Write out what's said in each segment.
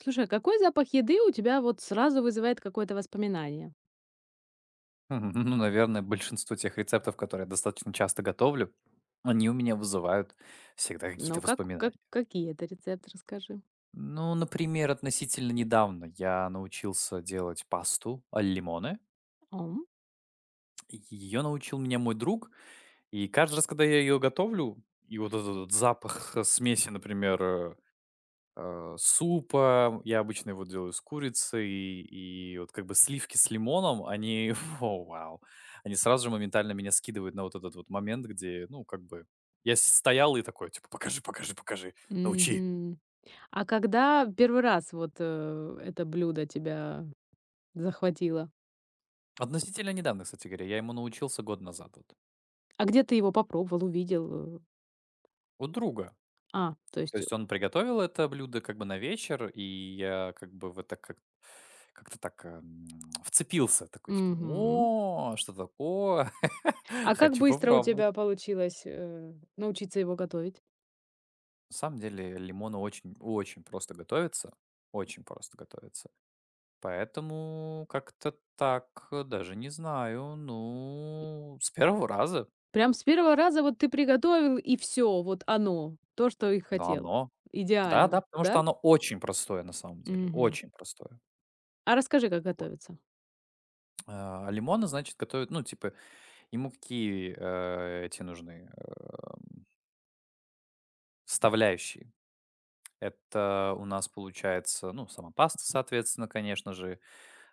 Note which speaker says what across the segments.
Speaker 1: Слушай, а какой запах еды у тебя вот сразу вызывает какое-то воспоминание?
Speaker 2: Мгм. Ну, наверное, большинство тех рецептов, которые я достаточно часто готовлю, они у меня вызывают всегда какие-то
Speaker 1: Ну,
Speaker 2: воспоминания.
Speaker 1: какие это рецепты, расскажи.
Speaker 2: Ну, например, относительно недавно я научился делать пасту аль лимоне.
Speaker 1: Ом.
Speaker 2: Ее научил меня мой друг. И каждый раз, когда я ее готовлю, и вот этот вот запах смеси, например, супа. Я обычно его делаю с курицей, и вот как бы сливки с лимоном, они, о, вау, они сразу же моментально меня скидывают на вот этот вот момент, где, ну, как бы, стоял и такой, типа, покажи, покажи, покажи, научи.
Speaker 1: Мгм. А когда первый раз вот это блюдо тебя захватило?
Speaker 2: Относительно недавно, кстати говоря, я ему научился год назад вот.
Speaker 1: А где ты его попробовал, увидел?
Speaker 2: У друга.
Speaker 1: А, то
Speaker 2: То
Speaker 1: есть...
Speaker 2: есть он приготовил это блюдо как бы на вечер, и я как бы в это как-то так вцепился, такой, типа,
Speaker 1: Мгм.
Speaker 2: о, что такое?
Speaker 1: А как
Speaker 2: Хочу
Speaker 1: быстро у
Speaker 2: попробовать.
Speaker 1: тебя получилось научиться его готовить?
Speaker 2: На самом деле лимон очень очень просто готовится, очень просто готовится. Поэтому как-то так, даже не знаю. Ну, с первого раза,
Speaker 1: Прям с первого раза вот ты приготовил, и все, вот оно, то, что и
Speaker 2: да,
Speaker 1: хотел.
Speaker 2: оно. Да-да,
Speaker 1: Идеально,
Speaker 2: потому что
Speaker 1: да?
Speaker 2: оно очень простое на самом деле,
Speaker 1: Мгм.
Speaker 2: очень простое.
Speaker 1: А расскажи, как
Speaker 2: Вот.
Speaker 1: готовится.
Speaker 2: А, лимоны, значит, готовят, ну, типа, ему какие эти нужны составляющие? Это у нас получается, ну, сама паста, соответственно, конечно же,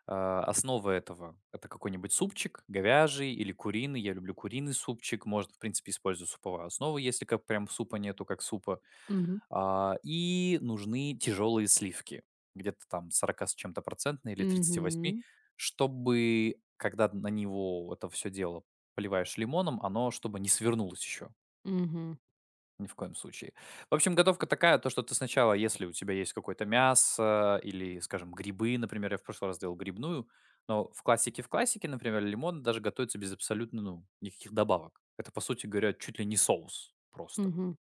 Speaker 2: а, основа это какой-нибудь супчик говяжий или куриный. Я люблю куриный супчик. Можно, в принципе, использовать суповую основу, если как прям супа нету, как супа.
Speaker 1: Мгм.
Speaker 2: А, и нужны тяжелые сливки, где-то там 40 с чем-то процентные или тридцати восьми,
Speaker 1: Мгм.
Speaker 2: чтобы когда на него это все дело поливаешь лимоном, оно чтобы не свернулось еще.
Speaker 1: Мгм.
Speaker 2: Ни в коем случае. В общем, готовка такая, то, что ты сначала, если у тебя есть какое-то мясо или, скажем, грибы, например, я в прошлый раз делал грибную, но в классике, например, лимон даже готовится без абсолютно, ну, никаких добавок. Это, по сути говоря, чуть ли не соус просто
Speaker 1: Мгм.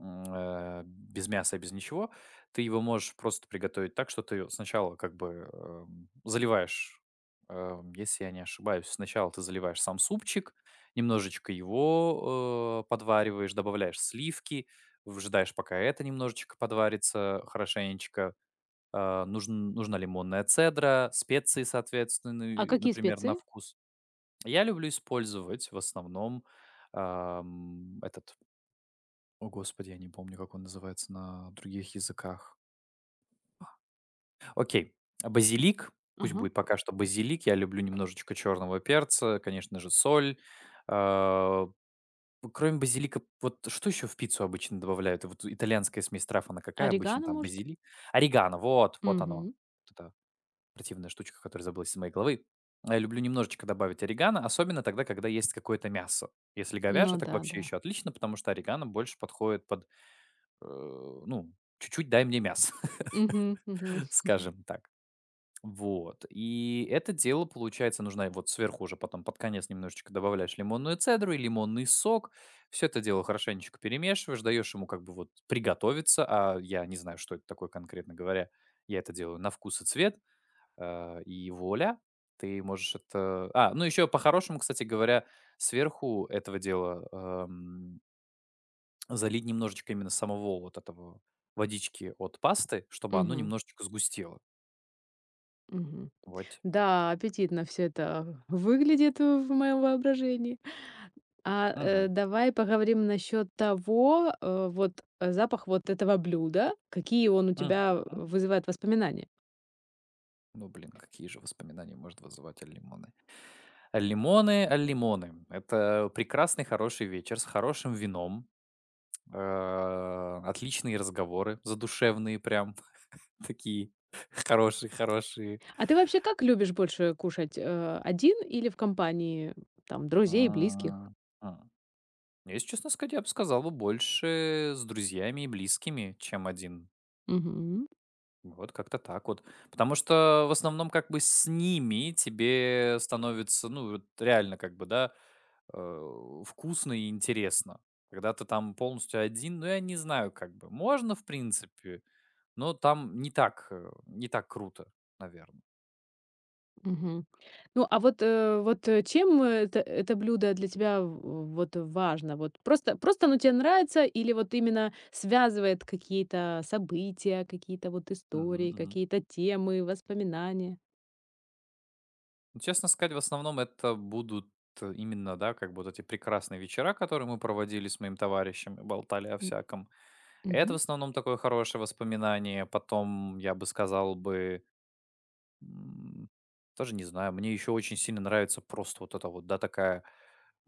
Speaker 2: без мяса, без ничего. Ты его можешь просто приготовить так, что ты сначала как бы заливаешь, если я не ошибаюсь, сначала ты заливаешь сам супчик, немножечко его подвариваешь, добавляешь сливки, выжидаешь, пока это немножечко подварится хорошенечко. Нужна лимонная цедра, специи, соответственно,
Speaker 1: А
Speaker 2: и,
Speaker 1: какие
Speaker 2: например, на
Speaker 1: специи?
Speaker 2: вкус. Я люблю использовать в основном этот о, господи, я не помню, как он называется на других языках. Окей, а базилик. Пусть
Speaker 1: Ага.
Speaker 2: будет пока что базилик. Я люблю немножечко черного перца, конечно же, соль. А, кроме базилика, вот что еще в пиццу обычно добавляют? Вот итальянская смесь трав, она какая обычно?
Speaker 1: Орегано,
Speaker 2: Там
Speaker 1: может?
Speaker 2: базилик? Орегано, вот, вот оно.
Speaker 1: Мгм.
Speaker 2: Вот эта противная штучка, которая забылась из моей головы. А, я люблю немножечко добавить орегано, особенно тогда, когда есть какое-то мясо. Если
Speaker 1: Ну
Speaker 2: говяжье, так
Speaker 1: да,
Speaker 2: вообще
Speaker 1: да.
Speaker 2: еще отлично, потому что орегано больше подходит под ну, чуть-чуть дай мне мясо,
Speaker 1: Мгм. Мгм.
Speaker 2: скажем так. Вот. И это дело, получается, нужна вот сверху уже потом под конец немножечко добавляешь лимонную цедру и лимонный сок. Все это дело хорошенечко перемешиваешь, даешь ему как бы вот приготовиться, а я не знаю, что это такое конкретно говоря. Я это делаю на вкус и цвет, и вуаля, ты можешь это. А, ну еще по-хорошему, кстати говоря, сверху этого дела эм, залить немножечко именно самого вот этого водички от пасты, чтобы оно
Speaker 1: Мгм.
Speaker 2: немножечко сгустело.
Speaker 1: Мгм.
Speaker 2: Вот.
Speaker 1: Да, аппетитно все это выглядит в моем воображении.
Speaker 2: Мгм.
Speaker 1: Давай поговорим насчет того, запах вот этого блюда, какие он у
Speaker 2: Мгм.
Speaker 1: тебя вызывает воспоминания.
Speaker 2: Ну, блин, какие же воспоминания может вызывать аль-лимоны. Аль-лимоны, аль-лимоны. Это прекрасный, хороший вечер с хорошим вином, отличные разговоры, задушевные прям, такие хорошие, хорошие.
Speaker 1: А ты вообще как любишь больше кушать, один или в компании, там, друзей, близких?
Speaker 2: М, м. Если честно сказать, я бы сказал бы больше с друзьями и близкими, чем один.
Speaker 1: Мгм.
Speaker 2: Вот как-то так вот. Потому что в основном как бы с ними тебе становится, ну, вот реально как бы, да, э, вкусно и интересно. Когда ты там полностью один, ну, я не знаю, как бы, можно, в принципе, но там не так, не так круто, наверное.
Speaker 1: Мгм. Ну, а чем это блюдо для тебя в вот важно? Вот просто оно тебе нравится или вот именно связывает какие-то события, какие-то вот
Speaker 2: Мгм,
Speaker 1: истории,
Speaker 2: мгм.
Speaker 1: какие-то темы, воспоминания?
Speaker 2: Ну, честно сказать, в основном это будут именно, да, как бы вот эти прекрасные вечера, которые мы проводили с моим товарищем, и болтали о
Speaker 1: М,
Speaker 2: всяком. Это в
Speaker 1: мгм.
Speaker 2: основном такое хорошее воспоминание. Потом, я бы сказал бы, М, даже не знаю. Мне еще очень сильно нравится просто вот эта вот, да, такая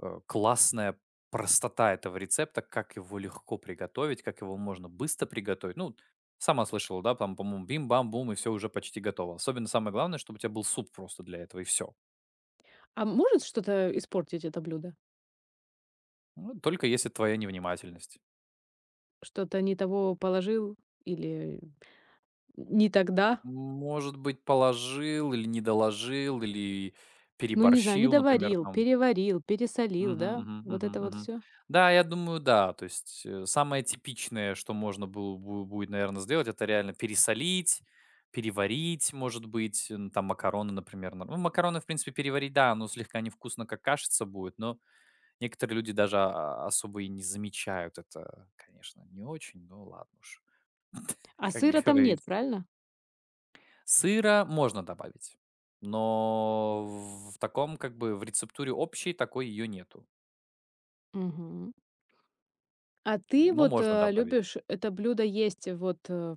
Speaker 2: классная простота этого рецепта, как его легко приготовить, как его можно быстро приготовить. Ну, сама слышала, да, там, по-моему, бим-бам-бум, и все уже почти готово. Особенно самое главное, чтобы у тебя был суп просто для этого, и все.
Speaker 1: А может что-то испортить это блюдо?
Speaker 2: Только если твоя невнимательность.
Speaker 1: Что-то не того положил или не тогда?
Speaker 2: Может быть, положил или не доложил, или
Speaker 1: Ну, не знаю, не
Speaker 2: переборщил, например,
Speaker 1: доварил,
Speaker 2: там.
Speaker 1: переварил, пересолил,
Speaker 2: Мгм,
Speaker 1: да?
Speaker 2: мгм,
Speaker 1: Вот
Speaker 2: мгм,
Speaker 1: это вот
Speaker 2: мгм.
Speaker 1: все.
Speaker 2: Да, я думаю, да. То есть, самое типичное, что можно было бу будет, наверное, сделать, это реально пересолить, переварить, может быть, н там макароны, например. Нар ну, макароны, в принципе, переварить, да, но слегка невкусно, как кашица будет, но некоторые люди даже особо и не замечают это. Конечно, не очень, но ладно уж,
Speaker 1: А
Speaker 2: как
Speaker 1: сыра там нет,
Speaker 2: говорится.
Speaker 1: правильно?
Speaker 2: Сыра можно добавить, но в таком, как бы, в рецептуре общей такой ее нету,
Speaker 1: Мгм. А ты
Speaker 2: но
Speaker 1: вот,
Speaker 2: можно добавить.
Speaker 1: любишь это блюдо есть вот, э,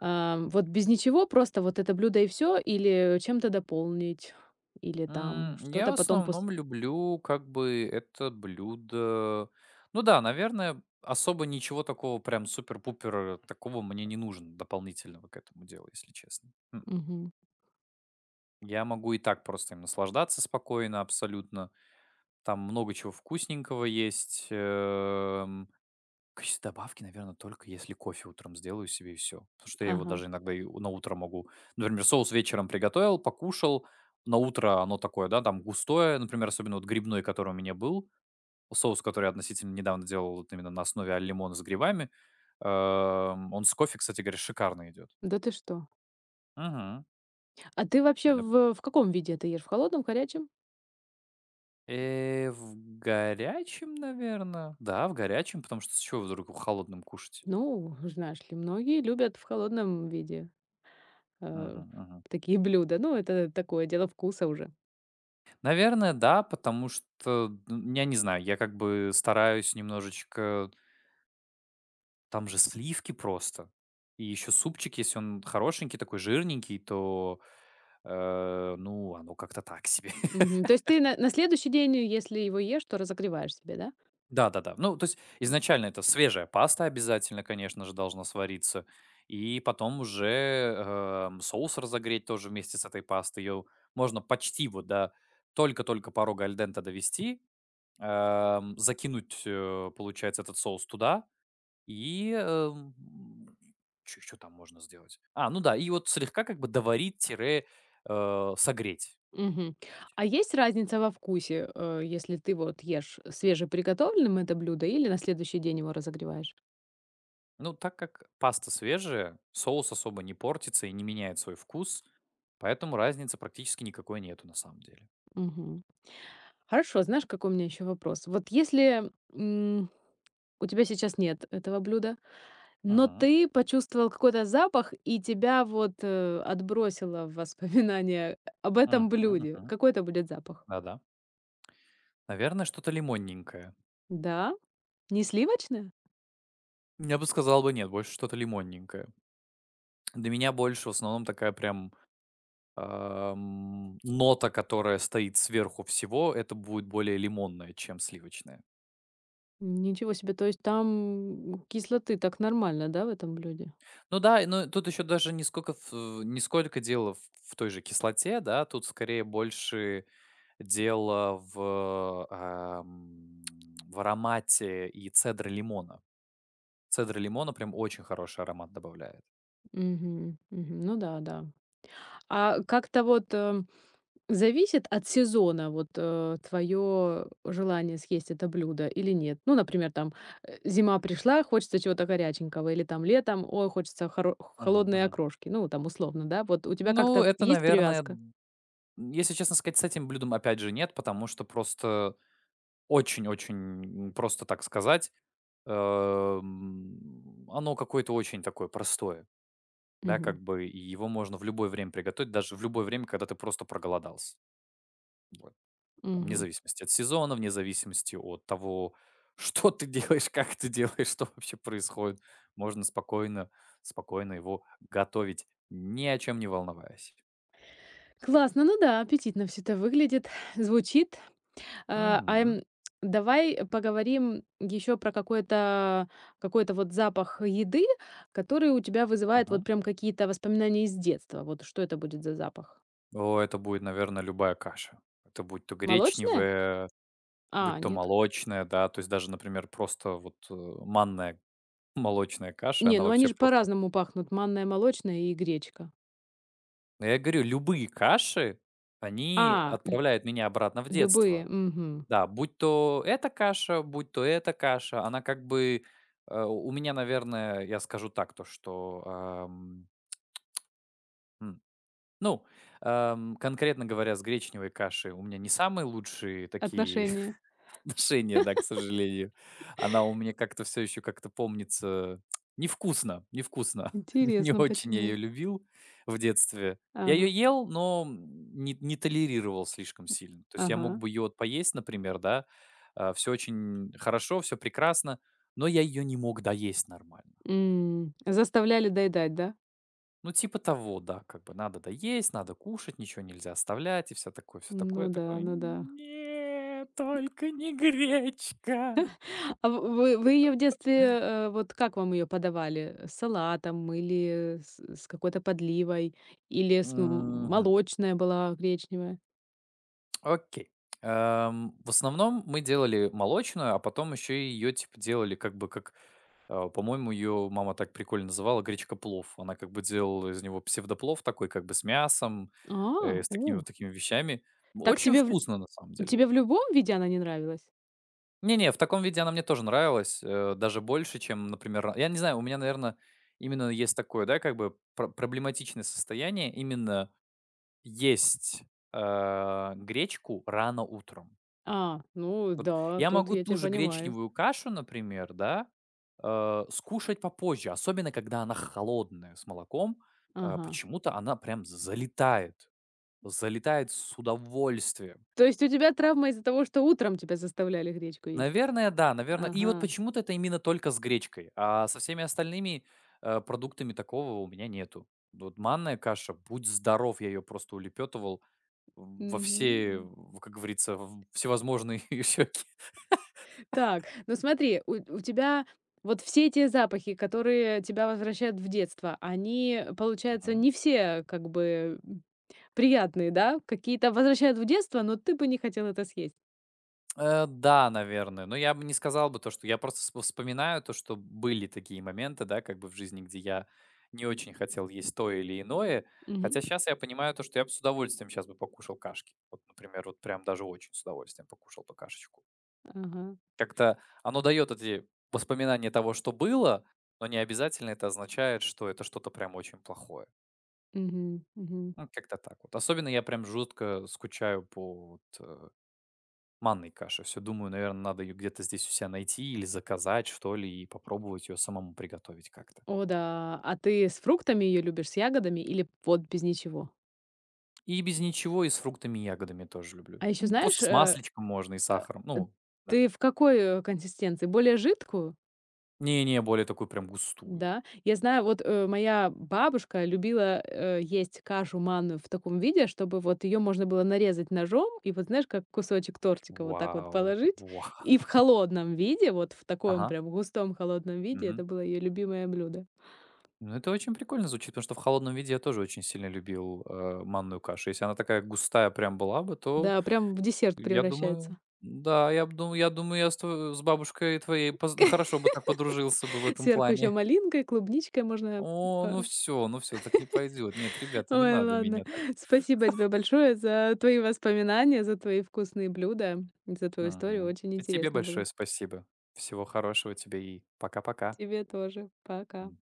Speaker 1: а, вот без ничего, просто вот это блюдо и все, или чем-то дополнить, или там
Speaker 2: Я в
Speaker 1: что-то потом пос.
Speaker 2: основном люблю как бы это блюдо. Ну да, наверное, особо ничего такого прям супер-пупер такого мне не нужно дополнительного к этому делу, если честно. Мгм.
Speaker 1: Мгм.
Speaker 2: Я могу и так просто им наслаждаться спокойно абсолютно. Там много чего вкусненького есть. Качество добавки, наверное, только если кофе утром сделаю себе и все. Потому что я его
Speaker 1: Ага.
Speaker 2: даже иногда и на утро могу например, соус вечером приготовил, покушал, на утро оно такое, да, там густое, например, особенно вот грибной, который у меня был, соус, который я относительно недавно делал вот именно на основе аль-лимона с грибами, он с кофе, кстати говоря, шикарно идет.
Speaker 1: Да ты что?
Speaker 2: Мгм.
Speaker 1: А ты вообще
Speaker 2: Да.
Speaker 1: в каком виде это ешь? В холодном, горячем?
Speaker 2: В горячем, наверное. Да, в горячем, потому что с чего вдруг холодным кушать?
Speaker 1: Ну, знаешь ли, многие любят в холодном виде, э,
Speaker 2: Мгм, мгм.
Speaker 1: такие блюда. Ну, это такое дело вкуса уже.
Speaker 2: Наверное, да, потому что, я не знаю, я как бы стараюсь немножечко там же сливки просто. И еще супчик, если он хорошенький, такой жирненький, то, ну, оно как-то так себе.
Speaker 1: Мгм. То есть ты на следующий день, если его ешь, то разогреваешь себе, да?
Speaker 2: Да-да-да. Ну, то есть изначально это свежая паста обязательно, конечно же, должна свариться. И потом уже, соус разогреть тоже вместе с этой пастой. Ее можно почти вот до только-только порога альдента довести, закинуть, получается, этот соус туда и, что чё там можно сделать? А, ну да, и вот слегка как бы доварить тире, согреть.
Speaker 1: Мгм. А есть разница во вкусе, если ты вот ешь свежеприготовленным это блюдо или на следующий день его разогреваешь?
Speaker 2: Ну, так как паста свежая, соус особо не портится и не меняет свой вкус, поэтому разницы практически никакой нету на самом деле.
Speaker 1: Мгм. Хорошо, знаешь, какой у меня еще вопрос? Вот если, м, у тебя сейчас нет этого блюда, но
Speaker 2: Мгм.
Speaker 1: ты почувствовал какой-то запах, и тебя отбросило в воспоминания об этом
Speaker 2: Мгм,
Speaker 1: блюде.
Speaker 2: мгм.
Speaker 1: Какой это будет запах?
Speaker 2: Да-да. Наверное, что-то лимонненькое.
Speaker 1: Да? Не сливочное?
Speaker 2: Я бы сказал бы нет, больше что-то лимонненькое. Для меня больше в основном такая прям нота, которая стоит сверху всего, это будет более лимонная, чем сливочная.
Speaker 1: Ничего себе, то есть там кислоты так нормально, да, в этом блюде?
Speaker 2: Ну да, и ну тут еще даже не сколько дело в той же кислоте, да, тут скорее больше дело в, в аромате и цедры лимона. Цедра лимона прям очень хороший аромат добавляет.
Speaker 1: Мгм, мгм. Ну да, да. А как-то зависит от сезона вот твое желание съесть это блюдо или нет? Ну, например, там, зима пришла, хочется чего-то горяченького, или там летом, ой, хочется хоро
Speaker 2: Мгм,
Speaker 1: холодные
Speaker 2: мгм.
Speaker 1: окрошки, ну, там условно, да. Вот у тебя
Speaker 2: Ну,
Speaker 1: как-то
Speaker 2: это,
Speaker 1: есть
Speaker 2: наверное,
Speaker 1: привязка?
Speaker 2: д если честно сказать, с этим блюдом опять же нет, потому что просто очень-очень, просто так сказать. Оно какое-то очень такое простое, да,
Speaker 1: Мгм,
Speaker 2: как бы, и его можно в любое время приготовить, даже в любое время, когда ты просто проголодался. Вот. Вне
Speaker 1: мгм.
Speaker 2: зависимости от сезона, вне зависимости от того, что ты делаешь, как ты делаешь, что вообще происходит. Можно спокойно, спокойно его готовить, ни о чем не волноваясь.
Speaker 1: Классно, ну да, аппетитно все это выглядит, звучит. Э,
Speaker 2: Мгм.
Speaker 1: ам, давай поговорим еще про какой-то вот запах еды, который у тебя вызывает вот
Speaker 2: Мгм.
Speaker 1: прям какие-то воспоминания из детства. Вот что это будет за запах?
Speaker 2: О, это будет, наверное, любая каша. Это будь то
Speaker 1: Молочное?
Speaker 2: гречневая,
Speaker 1: А,
Speaker 2: будь то
Speaker 1: нет.
Speaker 2: молочная, да, то есть даже, например, просто вот манная. Молочная каша,
Speaker 1: Не,
Speaker 2: она
Speaker 1: ну они
Speaker 2: вообще
Speaker 1: же
Speaker 2: просто.
Speaker 1: по-разному пахнут: манная, молочная и гречка.
Speaker 2: Ну, я говорю, любые каши, они
Speaker 1: А, лю
Speaker 2: отправляют меня обратно в детство.
Speaker 1: любые, мгм.
Speaker 2: Да, будь то эта каша, будь то эта каша, она как бы, у меня, наверное, я скажу так, то что, м, ну, конкретно говоря, с гречневой кашей у меня не самые лучшие такие
Speaker 1: Отношения.
Speaker 2: отношения, да, к сожалению. Она у меня как-то все еще как-то помнится невкусно, невкусно. Не
Speaker 1: Интересно,
Speaker 2: очень я ее
Speaker 1: почему?
Speaker 2: любил в детстве. Я ее
Speaker 1: Ага,
Speaker 2: ел, но, не толерировал слишком сильно. То есть я мог
Speaker 1: ага.
Speaker 2: бы ее вот поесть, например, да, все очень хорошо, все прекрасно, но я ее не мог доесть нормально.
Speaker 1: М, заставляли доедать, да?
Speaker 2: Ну, типа того, да, как бы надо доесть, надо кушать, ничего нельзя оставлять и все такое, все такое. Я
Speaker 1: Ну да,
Speaker 2: такой:
Speaker 1: ну да.
Speaker 2: "Нет, только не гречка".
Speaker 1: А в вы её в детстве, вот как вам ее подавали? С салатом или с какой-то подливой, или с м
Speaker 2: Мгм.
Speaker 1: молочная была, гречневая?
Speaker 2: Окей. В основном мы делали молочную, а потом еще и ее типа делали как бы как, по-моему, ее мама так прикольно называла гречка-плов. Она как бы делала из него псевдоплов такой как бы с мясом,
Speaker 1: А,
Speaker 2: с такими
Speaker 1: о,
Speaker 2: вот такими вещами.
Speaker 1: так
Speaker 2: Очень
Speaker 1: тебе в
Speaker 2: вкусно на самом деле.
Speaker 1: тебе в любом виде она не нравилась?
Speaker 2: Не-не, в таком виде она мне тоже нравилась, даже больше, чем, например, я не знаю, у меня, наверное, именно есть такое, да, как бы проблематичное состояние именно есть гречку рано утром.
Speaker 1: А, ну да,
Speaker 2: Я
Speaker 1: тут
Speaker 2: могу
Speaker 1: я
Speaker 2: ту
Speaker 1: тебя
Speaker 2: же
Speaker 1: понимаю.
Speaker 2: гречневую кашу, например, да, скушать попозже, особенно когда она холодная с молоком. Э,
Speaker 1: Ага.
Speaker 2: почему-то она прям залетает, залетает с удовольствием.
Speaker 1: То есть у тебя травма из-за того, что утром тебя заставляли гречку есть?
Speaker 2: Наверное, да, наверное. И вот
Speaker 1: Ага.
Speaker 2: почему-то это именно только с гречкой, а со всеми остальными продуктами такого у меня нету. Вот манная каша, будь здоров, я ее просто улепетывал во все,
Speaker 1: Мгм.
Speaker 2: как говорится, в всевозможные щеки.
Speaker 1: Так, ну смотри, у тебя вот все эти запахи, которые тебя возвращают в детство, они, получается, не все как бы приятные, да? Какие-то возвращают в детство, но ты бы не хотел это съесть.
Speaker 2: Да, наверное. Но я бы не сказал бы то, что я просто вспоминаю то, что были такие моменты, да, как бы в жизни, где я не очень хотел есть то или иное.
Speaker 1: Мгм.
Speaker 2: Хотя сейчас я понимаю то, что я бы с удовольствием сейчас бы покушал кашки. Вот, например, вот прям даже очень с удовольствием покушал бы кашечку.
Speaker 1: Ага.
Speaker 2: Как-то оно дает эти воспоминания того, что было, но не обязательно это означает, что это что-то прям очень плохое.
Speaker 1: Мгм. Мгм.
Speaker 2: Ну, как-то так вот. Особенно я прям жутко скучаю по вот, манной каши. Все, думаю, наверное, надо ее где-то здесь у себя найти или заказать, что ли, и попробовать ее самому приготовить как-то.
Speaker 1: О да. А ты с фруктами ее любишь, с ягодами или вот без ничего?
Speaker 2: И без ничего, и с фруктами и ягодами тоже люблю.
Speaker 1: А еще
Speaker 2: Ну, просто
Speaker 1: знаешь,
Speaker 2: с масличком можно и сахаром.
Speaker 1: э,
Speaker 2: Ну да.
Speaker 1: ты в какой, консистенции? Более жидкую?
Speaker 2: Не-не, более такую прям густую.
Speaker 1: Да, я знаю, моя бабушка любила, есть кашу манную в таком виде, чтобы вот ее можно было нарезать ножом и вот, знаешь, как кусочек тортика вот так вот
Speaker 2: Вау,
Speaker 1: положить,
Speaker 2: вау.
Speaker 1: и в холодном виде, вот в таком
Speaker 2: Ага.
Speaker 1: прям густом холодном виде,
Speaker 2: Мгм.
Speaker 1: это было ее любимое блюдо.
Speaker 2: Ну, это очень прикольно звучит, потому что в холодном виде я тоже очень сильно любил, манную кашу. Если она такая густая прям была бы, то,
Speaker 1: Да, прям в десерт
Speaker 2: я думаю
Speaker 1: превращается.
Speaker 2: да, я думаю, я с тво с бабушкой твоей поз хорошо бы так подружился бы в этом
Speaker 1: Сверху еще
Speaker 2: плане.
Speaker 1: малинкой, клубничкой можно,
Speaker 2: О,
Speaker 1: э.
Speaker 2: ну все, так не пойдет. Нет, ребята, не
Speaker 1: Ой,
Speaker 2: надо
Speaker 1: ладно.
Speaker 2: меня так.
Speaker 1: Спасибо тебе большое за твои воспоминания, за твои вкусные блюда, за твою историю.
Speaker 2: Мгм.
Speaker 1: Очень
Speaker 2: И тебе
Speaker 1: интересно
Speaker 2: большое
Speaker 1: было.
Speaker 2: спасибо. Всего хорошего тебе и пока-пока.
Speaker 1: Тебе тоже. Пока.
Speaker 2: М.